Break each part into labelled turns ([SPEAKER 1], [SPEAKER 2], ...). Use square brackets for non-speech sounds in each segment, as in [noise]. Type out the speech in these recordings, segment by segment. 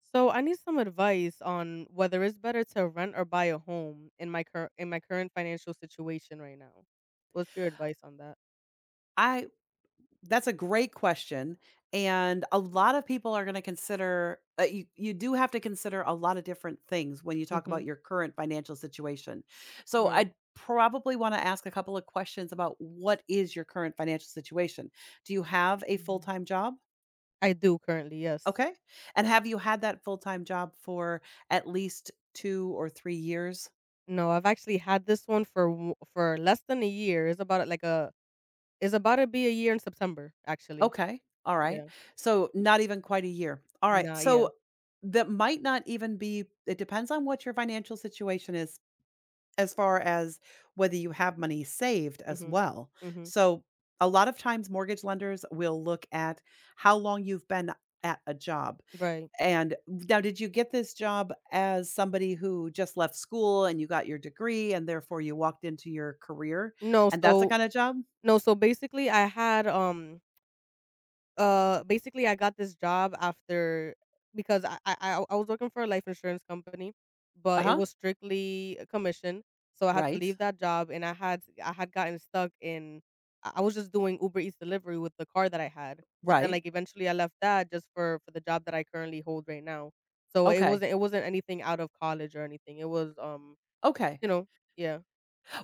[SPEAKER 1] So I need some advice on whether it's better to rent or buy a home in my current financial situation right now. What's your advice on that?
[SPEAKER 2] I That's a great question, and a lot of people are gonna consider you do have to consider a lot of different things when you talk
[SPEAKER 1] hmm
[SPEAKER 2] about your current financial situation. So
[SPEAKER 1] Right.
[SPEAKER 2] I'd probably wanna ask a couple of questions about what is your current financial situation? Do you have a
[SPEAKER 1] Yeah.
[SPEAKER 2] full-time job?
[SPEAKER 1] I do currently. Yes.
[SPEAKER 2] Okay. And have you had that full-time job for at least 2 or 3 years?
[SPEAKER 1] No, I've actually had this one for for less than a year. It's about to be a year in September actually.
[SPEAKER 2] Okay. All right.
[SPEAKER 1] Yeah.
[SPEAKER 2] So not even quite a year. All right.
[SPEAKER 1] Nah. Yeah.
[SPEAKER 2] So that might not even be, it depends on what your financial situation is as far as whether you have money saved as
[SPEAKER 1] Mhm.
[SPEAKER 2] well.
[SPEAKER 1] Mhm.
[SPEAKER 2] So a lot of times mortgage lenders will look at how long you've been at a job.
[SPEAKER 1] Right.
[SPEAKER 2] And now did you get this job as somebody who just left school and you got your degree and therefore you walked into your career
[SPEAKER 1] No.
[SPEAKER 2] and that's the
[SPEAKER 1] So
[SPEAKER 2] kind of job?
[SPEAKER 1] no. So basically, I had basically I got this job after because I was working for a life insurance company, but it
[SPEAKER 2] Uh-huh.
[SPEAKER 1] was strictly a commission. So I had to
[SPEAKER 2] Right.
[SPEAKER 1] leave that job and I had gotten stuck in. I was just doing Uber Eats delivery with the car that I had. But then,
[SPEAKER 2] Right.
[SPEAKER 1] like, eventually I left that just for the job that I currently hold right now. So it
[SPEAKER 2] Okay.
[SPEAKER 1] wasn't it wasn't anything out of college or anything. It was
[SPEAKER 2] Okay.
[SPEAKER 1] you know, yeah.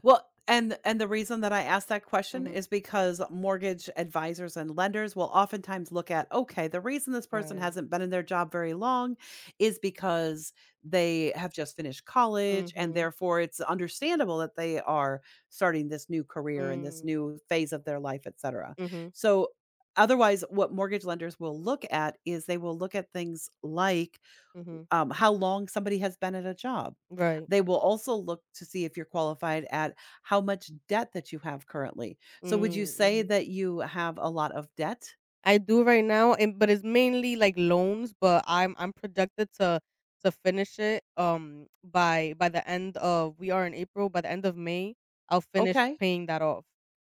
[SPEAKER 2] Well, and the reason that I asked that question
[SPEAKER 1] Mhm.
[SPEAKER 2] is because mortgage advisors and lenders will oftentimes look at, okay, the reason this person
[SPEAKER 1] Right.
[SPEAKER 2] hasn't been in their job very long is because they have just finished college and
[SPEAKER 1] Mhm.
[SPEAKER 2] therefore it's understandable that they are starting this new career and this
[SPEAKER 1] Mm.
[SPEAKER 2] new phase of their life, et cetera.
[SPEAKER 1] Mhm.
[SPEAKER 2] So otherwise what mortgage lenders will look at is they will look at things like
[SPEAKER 1] Mhm.
[SPEAKER 2] how long somebody has been at a job.
[SPEAKER 1] Right.
[SPEAKER 2] They will also look to see if you're qualified at how much debt that you have currently. So, would you
[SPEAKER 1] Mm.
[SPEAKER 2] say
[SPEAKER 1] Mhm.
[SPEAKER 2] that you have a lot of debt?
[SPEAKER 1] I do right now, and but it's mainly like loans, but I'm projected to finish it by the end of, we are in April, by the end of May, I'll finish
[SPEAKER 2] Okay.
[SPEAKER 1] paying that off.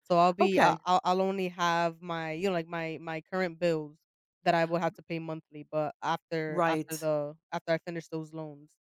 [SPEAKER 1] So I'll be I-
[SPEAKER 2] Okay.
[SPEAKER 1] I'll I'll only have, my like, my current bills that I will have to pay monthly, but after
[SPEAKER 2] Right.
[SPEAKER 1] after the after I finish those loans.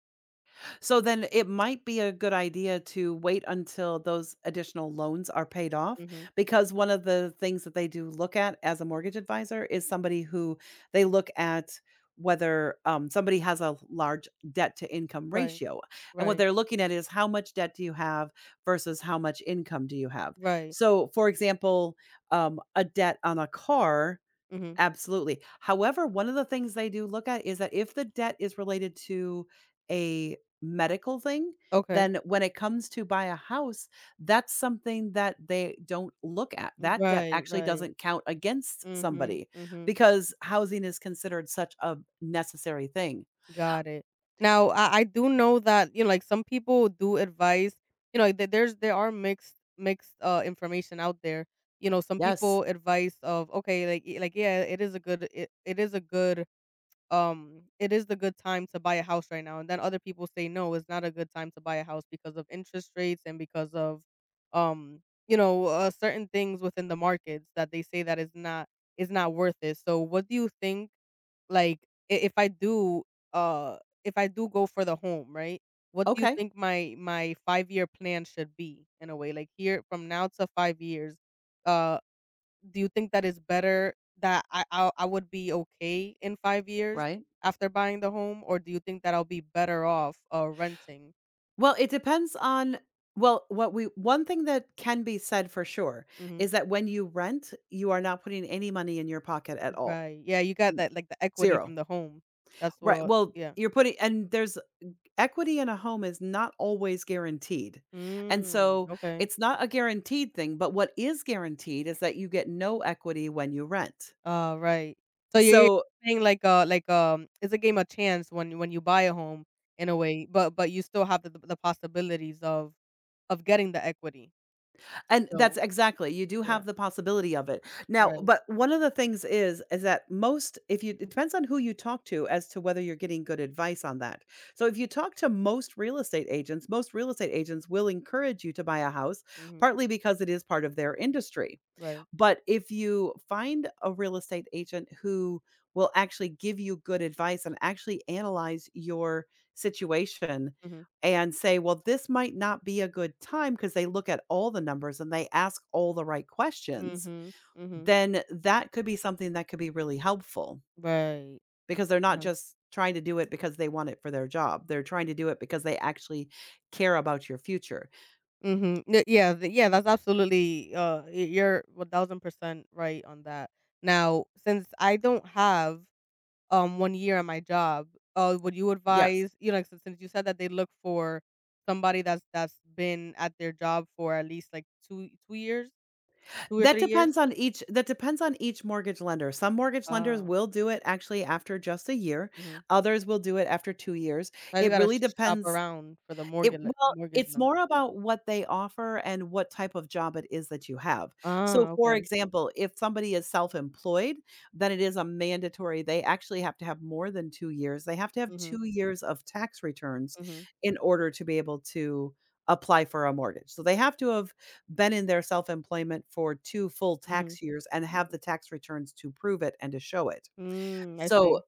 [SPEAKER 2] So then it might be a good idea to wait until those additional loans are paid off
[SPEAKER 1] Mhm.
[SPEAKER 2] because one of the things that they do look at as a mortgage advisor is somebody who they look at whether somebody has a large debt to income
[SPEAKER 1] Right.
[SPEAKER 2] ratio. And what
[SPEAKER 1] Right.
[SPEAKER 2] they're looking at is how much debt do you have versus how much income do you have?
[SPEAKER 1] Right.
[SPEAKER 2] So, for example, a debt on a car.
[SPEAKER 1] Mhm.
[SPEAKER 2] Absolutely. However, one of the things they do look at is that if the debt is related to a medical thing,
[SPEAKER 1] Okay.
[SPEAKER 2] then when it comes to buy a house, that's something that they don't look at. That debt
[SPEAKER 1] Right.
[SPEAKER 2] actually
[SPEAKER 1] Right.
[SPEAKER 2] doesn't count against
[SPEAKER 1] Mhm.
[SPEAKER 2] somebody
[SPEAKER 1] Mhm.
[SPEAKER 2] because housing is considered such a necessary thing.
[SPEAKER 1] Got it. Now, I do know that, you know, like, some people do advise, there are mixed information out there. You know, some
[SPEAKER 2] Yes.
[SPEAKER 1] people advice of, okay, like, yeah, it is a good it is the good time to buy a house right now, and then other people say no, it's not a good time to buy a house because of interest rates and because of um certain things within the markets that they say that is not worth it. So what do you think, like, if I do, uh if I do go for the home, right, what do you
[SPEAKER 2] Okay.
[SPEAKER 1] think my 5 year plan should be? In a way, like here from now to 5 years, uh do you think that it's better that I would be okay in 5 years
[SPEAKER 2] Right.
[SPEAKER 1] after buying the home, or do you think that I'll be better off, renting?
[SPEAKER 2] Well, it depends on well, what we one thing that can be said for sure
[SPEAKER 1] Mhm.
[SPEAKER 2] is that when you rent, you are not putting any money in your pocket at all.
[SPEAKER 1] Right. Yeah, you got that, like, the equity
[SPEAKER 2] Zero.
[SPEAKER 1] from the home. That's
[SPEAKER 2] Right,
[SPEAKER 1] what,
[SPEAKER 2] well,
[SPEAKER 1] yeah.
[SPEAKER 2] you're putting and there's equity in a home is not always guaranteed, and
[SPEAKER 1] Mm,
[SPEAKER 2] so
[SPEAKER 1] okay.
[SPEAKER 2] it's not a guaranteed thing, but what is guaranteed is that you get no equity when you rent.
[SPEAKER 1] Oh, right. So you're
[SPEAKER 2] So
[SPEAKER 1] saying, like, it's a game of chance when you buy a home, in a way, but you still have the possibilities of getting the equity.
[SPEAKER 2] and
[SPEAKER 1] So,
[SPEAKER 2] that's exactly, you do
[SPEAKER 1] yeah,
[SPEAKER 2] have the possibility of it. Now
[SPEAKER 1] right.
[SPEAKER 2] but one of the things is that most if you it depends on who you talk to as to whether you're getting good advice on that. So if you talk to most real estate agents, most real estate agents will encourage you to buy a house,
[SPEAKER 1] Mhm.
[SPEAKER 2] partly because it is part of their industry.
[SPEAKER 1] Right.
[SPEAKER 2] But if you find a real estate agent who will actually give you good advice and actually analyze your situation
[SPEAKER 1] Mhm.
[SPEAKER 2] and say, well, this might not be a good time because they look at all the numbers and they ask all the right questions,
[SPEAKER 1] Mhm. Mhm.
[SPEAKER 2] then that could be something that could be really helpful
[SPEAKER 1] Right.
[SPEAKER 2] because they're not
[SPEAKER 1] No.
[SPEAKER 2] just trying to do it because they want it for their job. They're trying to do it because they actually care about your future.
[SPEAKER 1] Mhm. yeah, th Yeah, that's absolutely, y you're 1000% right on that. Now, since I don't have, 1 year at my job, would you
[SPEAKER 2] Yes.
[SPEAKER 1] advise, you know, like, since you said that they look for somebody that's been at their job for at least, like, 2 2 years, 2 or 3 years?
[SPEAKER 2] That depends on each mortgage lender. Some mortgage lenders
[SPEAKER 1] Uh
[SPEAKER 2] will do it actually after just a year.
[SPEAKER 1] Oh, mhm.
[SPEAKER 2] Others will do it after 2 years.
[SPEAKER 1] I just
[SPEAKER 2] It
[SPEAKER 1] gotta
[SPEAKER 2] really
[SPEAKER 1] shop
[SPEAKER 2] depends
[SPEAKER 1] around for the mortgage mortgage
[SPEAKER 2] it's
[SPEAKER 1] lend.
[SPEAKER 2] more about what they offer and what type of job it is that you have. So,
[SPEAKER 1] Ah,
[SPEAKER 2] for
[SPEAKER 1] okay.
[SPEAKER 2] example, if somebody is self-employed, then it is a mandatory they actually have to have more than 2 years. They have to have
[SPEAKER 1] Mhm,
[SPEAKER 2] 2 years of tax returns
[SPEAKER 1] mhm,
[SPEAKER 2] in order to be able to apply for a mortgage. So, they have to have been in their self-employment for 2 full
[SPEAKER 1] mhm,
[SPEAKER 2] tax years and have the
[SPEAKER 1] mhm.
[SPEAKER 2] tax returns to prove it and to show it.
[SPEAKER 1] Mm, I
[SPEAKER 2] So,
[SPEAKER 1] see.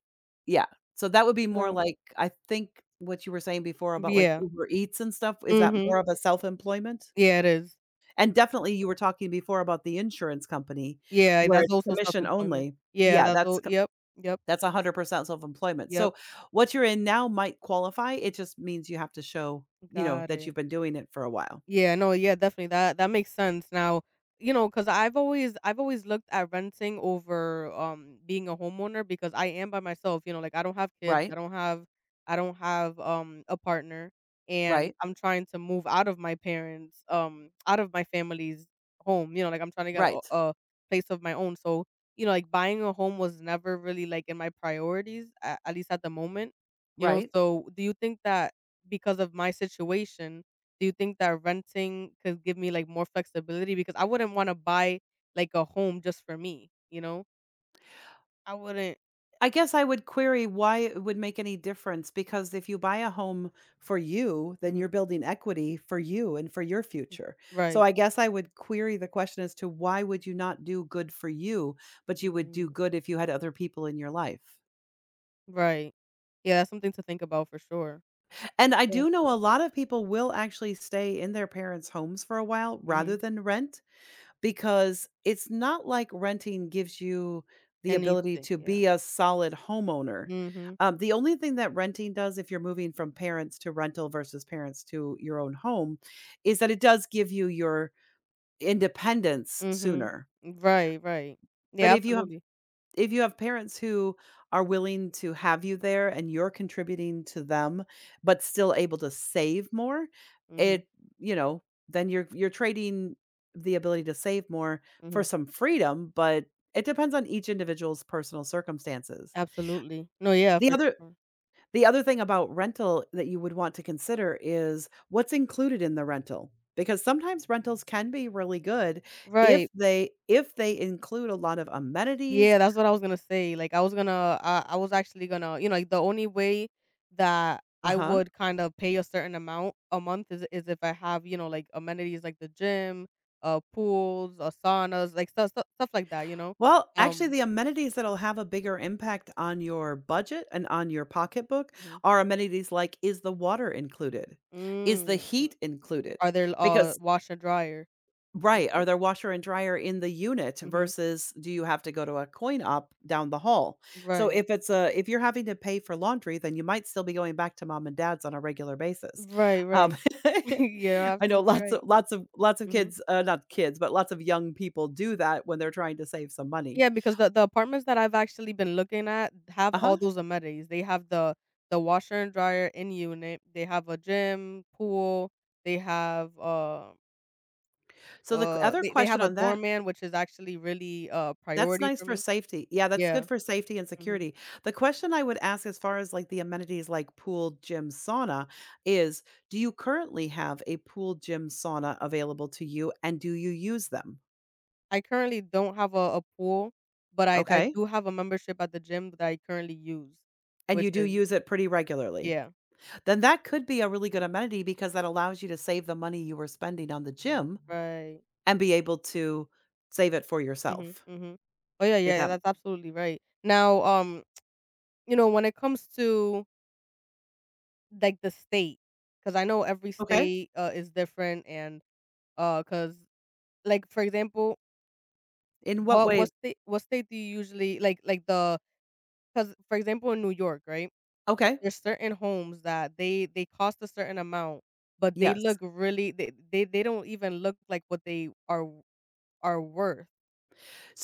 [SPEAKER 2] yeah, so that would be more
[SPEAKER 1] No.
[SPEAKER 2] like I think what you were saying before about, like,
[SPEAKER 1] Yeah.
[SPEAKER 2] Uber Eats and stuff, is that
[SPEAKER 1] Mhm.
[SPEAKER 2] more of a self-employment?
[SPEAKER 1] Yeah, it is.
[SPEAKER 2] And definitely you were talking before about the insurance company
[SPEAKER 1] Yeah,
[SPEAKER 2] where
[SPEAKER 1] that's
[SPEAKER 2] it's
[SPEAKER 1] also
[SPEAKER 2] commission
[SPEAKER 1] self-employment.
[SPEAKER 2] only.
[SPEAKER 1] Yeah,
[SPEAKER 2] Yeah,
[SPEAKER 1] that's
[SPEAKER 2] that's
[SPEAKER 1] all,
[SPEAKER 2] c
[SPEAKER 1] yep, yep,
[SPEAKER 2] that's 100% self-employment.
[SPEAKER 1] yep.
[SPEAKER 2] So what you're in now might qualify, it just means you have to show, you know,
[SPEAKER 1] Got
[SPEAKER 2] that you've
[SPEAKER 1] it.
[SPEAKER 2] been doing it for a while.
[SPEAKER 1] Yeah, no, yeah, definitely. That makes sense. Now, you know, because I've always looked at renting over being a homeowner because I am by myself. You know, like, I don't have kids,
[SPEAKER 2] Right?
[SPEAKER 1] I don't have a partner, and
[SPEAKER 2] Right?
[SPEAKER 1] I'm trying to move out of my parents out of my family's home. You know, like, I'm trying to get
[SPEAKER 2] Right.
[SPEAKER 1] a place of my own. So, you know, like, buying a home was never really, like, in my priorities, at least at the moment. You know,
[SPEAKER 2] Right.
[SPEAKER 1] so do you think that, because of my situation, do you think that renting could give me, like, more flexibility? Because I wouldn't wanna buy, like, a home just for me, you know? I wouldn't.
[SPEAKER 2] I guess I would query why it would make any difference because if you buy a home for you, then you're
[SPEAKER 1] Mhm.
[SPEAKER 2] building equity for you and for your future. So
[SPEAKER 1] Right.
[SPEAKER 2] I guess I would query the question as to why would you not do good for you, but you would do
[SPEAKER 1] Mm.
[SPEAKER 2] good if you had other people in your life.
[SPEAKER 1] Right. Yeah, that's something to think about for sure.
[SPEAKER 2] And I
[SPEAKER 1] Yeah,
[SPEAKER 2] do know
[SPEAKER 1] too.
[SPEAKER 2] a lot of people will actually stay in their parents' homes for a while
[SPEAKER 1] Mhm.
[SPEAKER 2] rather than rent. Because it's not like renting gives you the ability
[SPEAKER 1] Anything,
[SPEAKER 2] to
[SPEAKER 1] yeah.
[SPEAKER 2] be a solid homeowner.
[SPEAKER 1] Mhm.
[SPEAKER 2] The only thing that renting does if you're moving from parents to rental versus parents to your own home is that it does give you your independence
[SPEAKER 1] Mhm.
[SPEAKER 2] sooner.
[SPEAKER 1] Right, right.
[SPEAKER 2] But
[SPEAKER 1] Yeah, absolutely.
[SPEAKER 2] if you have parents who are willing to have you there and you're contributing to them, but still able to save more,
[SPEAKER 1] Mhm.
[SPEAKER 2] it you know, then you're trading the ability to save more for
[SPEAKER 1] Mhm.
[SPEAKER 2] some freedom, but it depends on each individual's personal circumstances.
[SPEAKER 1] Absolutely. No, yeah,
[SPEAKER 2] The
[SPEAKER 1] for
[SPEAKER 2] other
[SPEAKER 1] sure.
[SPEAKER 2] the other thing about rental that you would want to consider is what's included in the rental because sometimes rentals can be really good
[SPEAKER 1] Right.
[SPEAKER 2] if they include a lot of amenities.
[SPEAKER 1] Yeah, that's what I was gonna say, like, I was actually gonna, you know, like, the only way that I
[SPEAKER 2] Uh-huh.
[SPEAKER 1] would kind of pay a certain amount a month is if I have, you know, like, amenities like the gym, pools, saunas, like, stuff like that, you know?
[SPEAKER 2] Well, actually,
[SPEAKER 1] Um
[SPEAKER 2] the amenities that'll have a bigger impact on your budget and on your pocketbook
[SPEAKER 1] Mhm.
[SPEAKER 2] are amenities like is the water included? Is the
[SPEAKER 1] Mm, mm.
[SPEAKER 2] heat included?
[SPEAKER 1] Are there,
[SPEAKER 2] Because
[SPEAKER 1] wash and dryer and
[SPEAKER 2] right, are
[SPEAKER 1] stuff.
[SPEAKER 2] there washer and dryer in the unit
[SPEAKER 1] Mhm.
[SPEAKER 2] versus do you have to go to a coin op down the hall? So
[SPEAKER 1] Right.
[SPEAKER 2] if it's a if you're having to pay for laundry, then you might still be going back to mom and dad's on a regular basis.
[SPEAKER 1] Right,
[SPEAKER 2] Um,
[SPEAKER 1] right. [laughs] Yeah,
[SPEAKER 2] [laughs] I know
[SPEAKER 1] absolutely right.
[SPEAKER 2] lots of
[SPEAKER 1] Mhm.
[SPEAKER 2] kids, not kids, but lots of young people do that when they're trying to save some money.
[SPEAKER 1] Yeah, because the apartments that I've actually been looking at have
[SPEAKER 2] Uh
[SPEAKER 1] all
[SPEAKER 2] huh.
[SPEAKER 1] those amenities. They have the washer and dryer in unit. They have a gym, pool. They have uh
[SPEAKER 2] So the q other
[SPEAKER 1] they
[SPEAKER 2] question
[SPEAKER 1] have a
[SPEAKER 2] on that.
[SPEAKER 1] doorman, which is actually really a
[SPEAKER 2] That's
[SPEAKER 1] priority
[SPEAKER 2] nice
[SPEAKER 1] for
[SPEAKER 2] for
[SPEAKER 1] me.
[SPEAKER 2] safety. Yeah, that's
[SPEAKER 1] Yeah.
[SPEAKER 2] good for safety and
[SPEAKER 1] hmm
[SPEAKER 2] security. The question I would ask as far as, like, the amenities like pool, gym, sauna is, do you currently have a pool, gym, sauna available to you, and do you use them?
[SPEAKER 1] I currently don't have a pool, but I
[SPEAKER 2] Okay?
[SPEAKER 1] do have a membership at the gym that I currently use,
[SPEAKER 2] And
[SPEAKER 1] which
[SPEAKER 2] you do
[SPEAKER 1] is,
[SPEAKER 2] use it pretty regularly.
[SPEAKER 1] yeah,
[SPEAKER 2] Then that could be a really good amenity because that allows you to save the money you were spending on the gym
[SPEAKER 1] right.
[SPEAKER 2] and be able to save it for
[SPEAKER 1] Mhm.
[SPEAKER 2] yourself.
[SPEAKER 1] Mhm. Oh, yeah, yeah,
[SPEAKER 2] If
[SPEAKER 1] yeah,
[SPEAKER 2] that
[SPEAKER 1] that's absolutely right. Now, you know, when it comes to, like the state, because I know every
[SPEAKER 2] okay?
[SPEAKER 1] state, is different, and, cause like, for example,
[SPEAKER 2] In what way?
[SPEAKER 1] what state do you usually, like the cause for example, in New York, right?
[SPEAKER 2] Okay.
[SPEAKER 1] There's certain homes that they cost a certain amount, but they
[SPEAKER 2] Yes.
[SPEAKER 1] look really, they don't even look like what they are w are worth,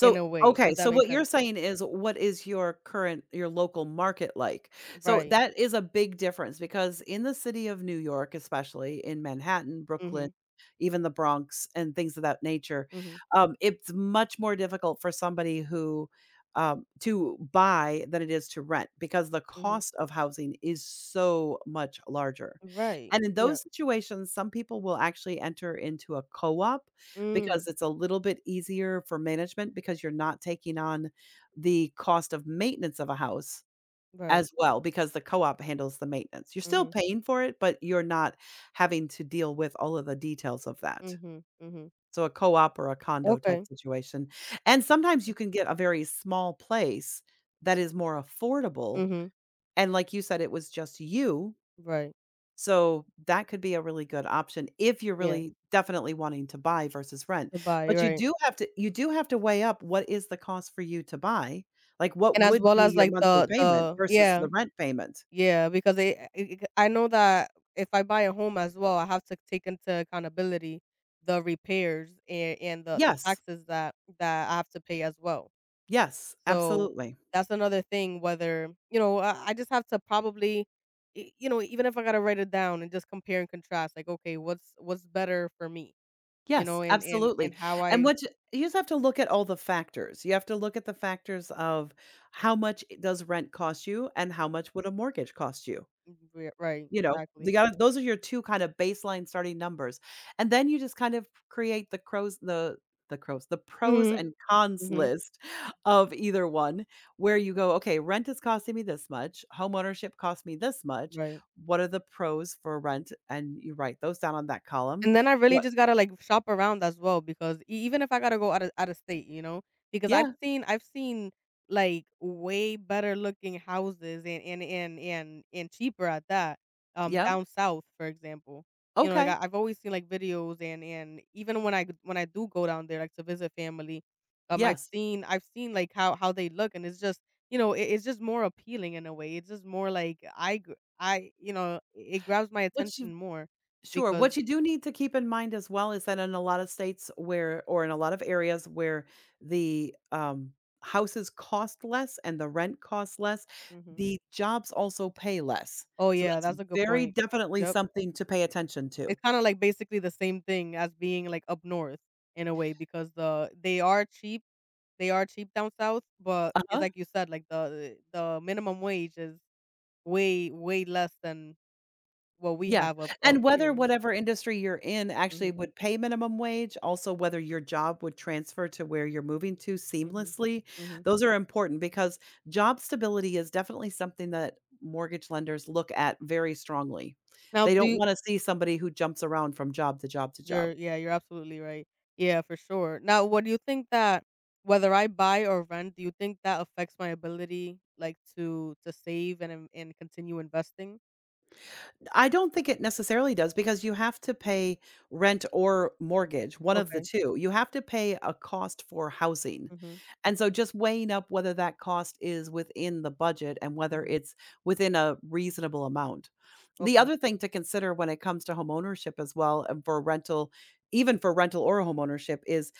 [SPEAKER 1] in a way,
[SPEAKER 2] okay,
[SPEAKER 1] if
[SPEAKER 2] so
[SPEAKER 1] that makes
[SPEAKER 2] what you're
[SPEAKER 1] sense too.
[SPEAKER 2] saying is what is your current your local market like? So
[SPEAKER 1] Right.
[SPEAKER 2] that is a big difference because in the city of New York, especially in Manhattan, Brooklyn,
[SPEAKER 1] Mhm.
[SPEAKER 2] even the Bronx and things of that nature,
[SPEAKER 1] Mhm.
[SPEAKER 2] it's much more difficult for somebody who to buy than it is to rent because the
[SPEAKER 1] Mhm.
[SPEAKER 2] cost of housing is so much larger.
[SPEAKER 1] Right.
[SPEAKER 2] And in
[SPEAKER 1] Yeah.
[SPEAKER 2] those situations, some people will actually enter into a co op because
[SPEAKER 1] Mm.
[SPEAKER 2] it's a little bit easier for management because you're not taking on the cost of maintenance of a house
[SPEAKER 1] Right.
[SPEAKER 2] as well, because the co-op handles the maintenance. You're still
[SPEAKER 1] Mhm.
[SPEAKER 2] paying for it, but you're not having to deal with all of the details of that.
[SPEAKER 1] Mhm. Mhm.
[SPEAKER 2] So a co-op or a condo type
[SPEAKER 1] Okay.
[SPEAKER 2] situation, and sometimes you can get a very small place that is more affordable,
[SPEAKER 1] Mhm.
[SPEAKER 2] and like you said, it was just you,
[SPEAKER 1] Right.
[SPEAKER 2] so that could be a really good option if you're
[SPEAKER 1] Yeah,
[SPEAKER 2] really definitely wanting to buy versus rent.
[SPEAKER 1] to buy,
[SPEAKER 2] But
[SPEAKER 1] right.
[SPEAKER 2] you do have to weigh up what is the cost for you to buy, like, what
[SPEAKER 1] And as
[SPEAKER 2] would
[SPEAKER 1] well
[SPEAKER 2] be
[SPEAKER 1] as
[SPEAKER 2] your
[SPEAKER 1] like
[SPEAKER 2] monthly
[SPEAKER 1] the
[SPEAKER 2] payment
[SPEAKER 1] the
[SPEAKER 2] versus
[SPEAKER 1] yeah,
[SPEAKER 2] the rent payment?
[SPEAKER 1] yeah, because I know that if I buy a home as well, I have to take into accountability the repairs, and the
[SPEAKER 2] Yes.
[SPEAKER 1] taxes that I have to pay as well.
[SPEAKER 2] Yes,
[SPEAKER 1] So
[SPEAKER 2] absolutely.
[SPEAKER 1] that's another thing. Whether, you know, I just have to probably, you know, even if I gotta write it down and just compare and contrast, like, okay, what's better for me, you know,
[SPEAKER 2] Yes,
[SPEAKER 1] and
[SPEAKER 2] absolutely.
[SPEAKER 1] how
[SPEAKER 2] And
[SPEAKER 1] I.
[SPEAKER 2] what you just have to look at all the factors. You have to look at the factors of how much does rent cost you and how
[SPEAKER 1] Mhm.
[SPEAKER 2] much would a mortgage cost you?
[SPEAKER 1] Mhm. Right,
[SPEAKER 2] You know, they
[SPEAKER 1] exactly.
[SPEAKER 2] got those are your 2 kind of baseline starting numbers, and then you just kind of create the crows the pros
[SPEAKER 1] hmm
[SPEAKER 2] and cons
[SPEAKER 1] hmm
[SPEAKER 2] list of either one, where you go, "Okay, rent is costing me this much, homeownership costs me this much.
[SPEAKER 1] Right.
[SPEAKER 2] What are the pros for rent?" And you write those down on that column.
[SPEAKER 1] And then I really
[SPEAKER 2] What
[SPEAKER 1] just gotta, like, shop around as well because e even if I gotta go out of state, you know, because
[SPEAKER 2] Yeah,
[SPEAKER 1] like, way better looking houses and cheaper at that,
[SPEAKER 2] yeah,
[SPEAKER 1] down south, for example. You know, like,
[SPEAKER 2] okay,
[SPEAKER 1] I I've always seen, like, videos, and even when I g when I do go down there, like, to visit family,
[SPEAKER 2] yes,
[SPEAKER 1] I've seen, like, how they look, and it's just, you know, it it's just more appealing in a way. It's just more like I gr I you know, it grabs my
[SPEAKER 2] which
[SPEAKER 1] attention more
[SPEAKER 2] Sure.
[SPEAKER 1] because,
[SPEAKER 2] What you do need to keep in mind as well is that in a lot of states where, or in a lot of areas where the houses cost less and the rent costs less,
[SPEAKER 1] mhm.
[SPEAKER 2] the jobs also pay less.
[SPEAKER 1] Oh,
[SPEAKER 2] So
[SPEAKER 1] yeah,
[SPEAKER 2] that's
[SPEAKER 1] that's a good
[SPEAKER 2] very
[SPEAKER 1] point.
[SPEAKER 2] definitely
[SPEAKER 1] Yep.
[SPEAKER 2] something to pay attention to.
[SPEAKER 1] It's kinda like basically the same thing as being, like, up north in a way because they are cheap, they are cheap down south, but it's
[SPEAKER 2] Uh-huh.
[SPEAKER 1] like you said, like, the minimum wage is way, way less than what we
[SPEAKER 2] Yeah,
[SPEAKER 1] have up
[SPEAKER 2] and whether
[SPEAKER 1] here.
[SPEAKER 2] whatever industry you're in actually
[SPEAKER 1] Mhm,
[SPEAKER 2] would pay minimum wage, also whether your job would transfer to where you're moving to
[SPEAKER 1] mhm,
[SPEAKER 2] seamlessly,
[SPEAKER 1] mhm.
[SPEAKER 2] those are important because job stability is definitely something that mortgage lenders look at very strongly.
[SPEAKER 1] Now
[SPEAKER 2] They
[SPEAKER 1] do
[SPEAKER 2] don't
[SPEAKER 1] you,
[SPEAKER 2] wanna see somebody who jumps around from job to job to job.
[SPEAKER 1] you're yeah, you're absolutely right. Yeah, for sure. Now, what do you think that, whether I buy or rent, do you think that affects my ability, like, to save and in and continue investing?
[SPEAKER 2] I don't think it necessarily does because you have to pay rent or mortgage, one of the
[SPEAKER 1] Okay.
[SPEAKER 2] 2. You have to pay a cost for housing.
[SPEAKER 1] Mhm,
[SPEAKER 2] And so just weighing up whether that cost is within the budget and whether
[SPEAKER 1] mhm.
[SPEAKER 2] it's within a reasonable amount. The
[SPEAKER 1] Okay.
[SPEAKER 2] other thing to consider when it comes to homeownership as well and for rental, even for rental or homeownership, is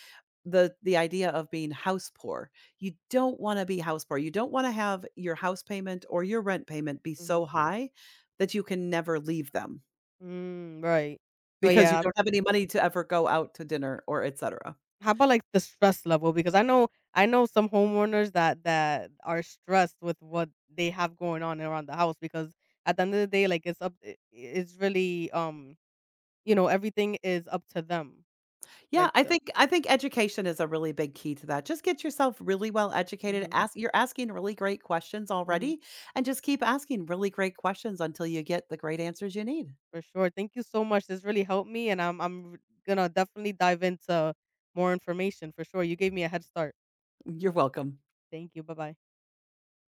[SPEAKER 2] the idea of being house poor. You don't wanna be house poor. You don't wanna have your house payment or your rent payment be
[SPEAKER 1] Mhm.
[SPEAKER 2] so high that you can never leave them
[SPEAKER 1] Mm, right. Oh,
[SPEAKER 2] because you
[SPEAKER 1] yeah,
[SPEAKER 2] don't have any
[SPEAKER 1] absolutely.
[SPEAKER 2] money to ever go out to dinner or et cetera.
[SPEAKER 1] How about, like, the stress level? Because I know some homeowners that are stressed with what they have going on around the house because at the end of the day, like, it's it's really, you know, everything is up to them,
[SPEAKER 2] Yeah,
[SPEAKER 1] like
[SPEAKER 2] I
[SPEAKER 1] the.
[SPEAKER 2] think I think education is a really big key to that. Just get yourself really well educated.
[SPEAKER 1] Mhm,
[SPEAKER 2] Ask you're asking really great questions
[SPEAKER 1] mhm,
[SPEAKER 2] already, and just keep asking really great questions until you get the great answers you need.
[SPEAKER 1] for sure. Thank you so much. This really helped me, and I'm gonna definitely dive into more information for sure. You gave me a head start.
[SPEAKER 2] You're welcome.
[SPEAKER 1] Thank you. Bye-bye.